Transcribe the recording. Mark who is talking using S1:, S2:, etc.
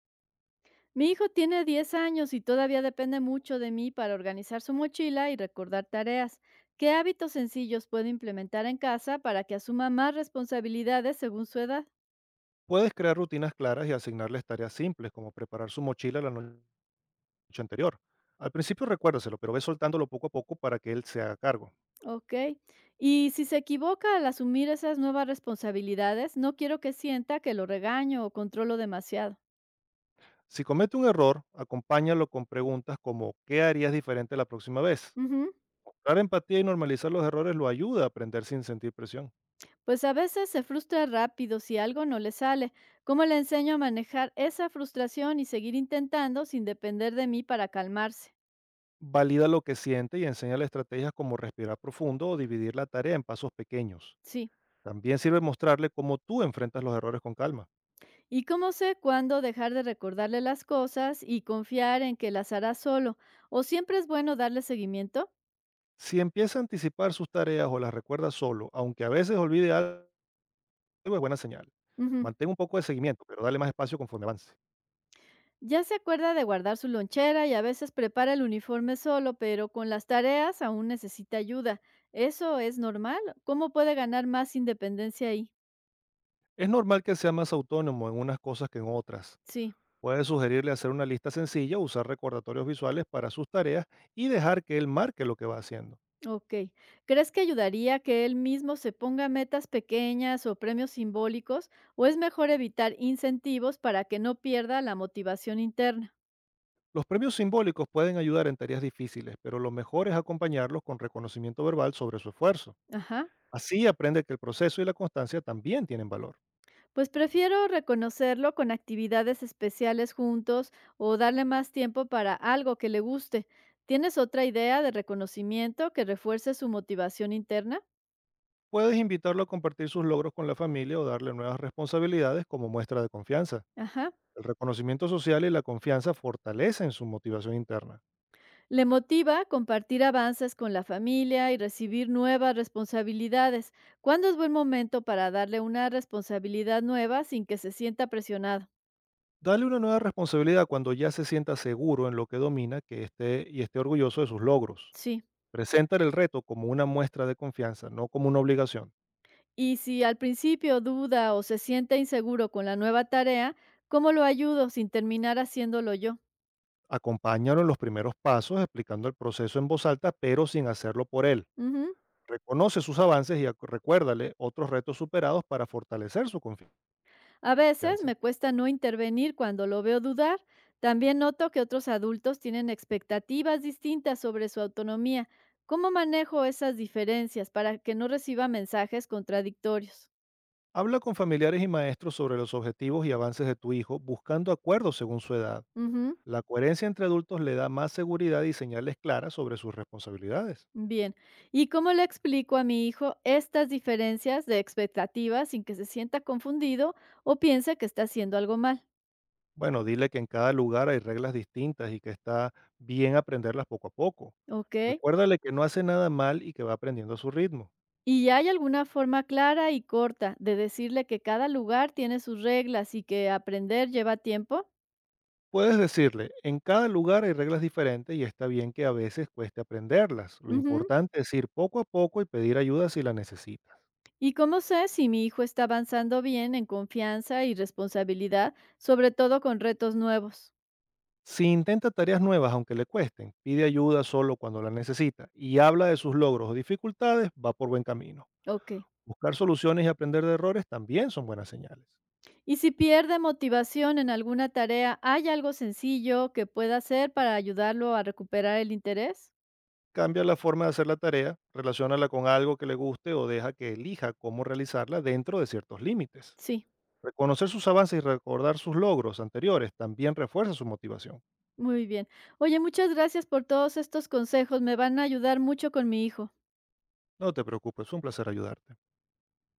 S1: Mi hijo tiene 10 años y todavía depende mucho de mí para organizar su mochila y recordar tareas. ¿Qué hábitos sencillos puede implementar en casa para que asuma más responsabilidades según su edad?
S2: Puedes crear rutinas claras y asignarles tareas simples, como preparar su mochila la no- noche anterior. Al principio recuérdaselo, pero ve soltándolo poco a poco para que él se haga cargo.
S1: Ok. Y si se equivoca al asumir esas nuevas responsabilidades, no quiero que sienta que lo regaño o controlo demasiado.
S2: Si comete un error, acompáñalo con preguntas como ¿qué harías diferente la próxima vez?
S1: Ujú.
S2: Mostrar empatía y normalizar los errores lo ayuda a aprender sin sentir presión.
S1: Pues a veces se frustra rápido si algo no le sale. ¿Cómo le enseño a manejar esa frustración y seguir intentando sin depender de mí para calmarse?
S2: Valida lo que siente y enséñale estrategias como respirar profundo o dividir la tarea en pasos pequeños.
S1: Sí.
S2: También sirve mostrarle cómo tú enfrentas los errores con calma.
S1: ¿Y cómo sé cuándo dejar de recordarle las cosas y confiar en que las hará solo? ¿O siempre es bueno darle seguimiento?
S2: Si empieza a anticipar sus tareas o las recuerda solo, aunque a veces olvide algo, es buena señal.
S1: Ujú.
S2: Mantén un poco de seguimiento, pero dale más espacio conforme avance.
S1: Ya se acuerda de guardar su lonchera y a veces prepara el uniforme solo, pero con las tareas aún necesita ayuda. ¿Eso es normal? ¿Cómo puede ganar más independencia ahí?
S2: Es normal que sea más autónomo en unas cosas que en otras.
S1: Sí,
S2: Puedes sugerirle hacer una lista sencilla, usar recordatorios visuales para sus tareas y dejar que él marque lo que va haciendo.
S1: ok. ¿Crees que ayudaría que él mismo se ponga metas pequeñas o premios simbólicos? ¿O es mejor evitar incentivos para que no pierda la motivación interna?
S2: Los premios simbólicos pueden ayudar en tareas difíciles, pero lo mejor es acompañarlos con reconocimiento verbal sobre su esfuerzo.
S1: Ajá.
S2: Así aprende que el proceso y la constancia también tienen valor.
S1: Pues prefiero reconocerlo con actividades especiales juntos o darle más tiempo para algo que le guste. ¿Tienes otra idea de reconocimiento que refuerce su motivación interna?
S2: Puedes invitarlo a compartir sus logros con la familia o darle nuevas responsabilidades como muestra de confianza.
S1: Ajá.
S2: El reconocimiento social y la confianza fortalecen su motivación interna.
S1: Le motiva compartir avances con la familia y recibir nuevas responsabilidades. ¿Cuándo es buen momento para darle una responsabilidad nueva sin que se sienta presionado?
S2: Dale una nueva responsabilidad cuando ya se sienta seguro en lo que domina que esté y esté orgulloso de sus logros.
S1: Sí.
S2: Preséntale el reto como una muestra de confianza, no como una obligación.
S1: Y si al principio duda o se siente inseguro con la nueva tarea, ¿cómo lo ayudo sin terminar haciéndolo yo?
S2: Acompáñalo en los primeros pasos explicando el proceso en voz alta, pero sin hacerlo por él.
S1: Ujú.
S2: Reconoce sus avances y recuérdale otros retos superados para fortalecer su
S1: A veces
S2: confianza.
S1: me cuesta no intervenir cuando lo veo dudar. También noto que otros adultos tienen expectativas distintas sobre su autonomía. ¿Cómo manejo esas diferencias para que no reciba mensajes contradictorios?
S2: Habla con familiares y maestros sobre los objetivos y avances de tu hijo, buscando acuerdos según su edad.
S1: Ujú.
S2: La coherencia entre adultos le da más seguridad y señales claras sobre sus responsabilidades.
S1: Bien. ¿Y cómo le explico a mi hijo estas diferencias de expectativas sin que se sienta confundido o piense que está haciendo algo mal?
S2: Bueno, dile que en cada lugar hay reglas distintas y que está bien aprenderlas poco a poco.
S1: ¿Ok?
S2: Recuérdale que no hace nada mal y que va aprendiendo a su ritmo.
S1: ¿Y hay alguna forma clara y corta de decirle que cada lugar tiene sus reglas y que aprender lleva tiempo?
S2: Puedes decirle, en cada lugar hay reglas diferentes y está bien que a veces cueste aprenderlas. Lo
S1: Ujú.
S2: importante es ir poco a poco y pedir ayuda si la necesitas.
S1: ¿Y cómo sé si mi hijo está avanzando bien en confianza y responsabilidad, sobre todo con retos nuevos?
S2: Si intenta tareas nuevas aunque le cuesten, pide ayuda solo cuando la necesita y habla de sus logros o dificultades, va por buen camino.
S1: Ok.
S2: Buscar soluciones y aprender de errores también son buenas señales.
S1: ¿Y si pierde motivación en alguna tarea, hay algo sencillo que pueda hacer para ayudarlo a recuperar el interés?
S2: Cambia la forma de hacer la tarea, relaciónala con algo que le guste o deja que elija cómo realizarla dentro de ciertos límites.
S1: Sí,
S2: Reconocer sus avances y recordar sus logros anteriores también refuerza su motivación.
S1: muy bien. Oye, muchas gracias por todos estos consejos. Me van a ayudar mucho con mi hijo.
S2: No te preocupes, fue un placer ayudarte.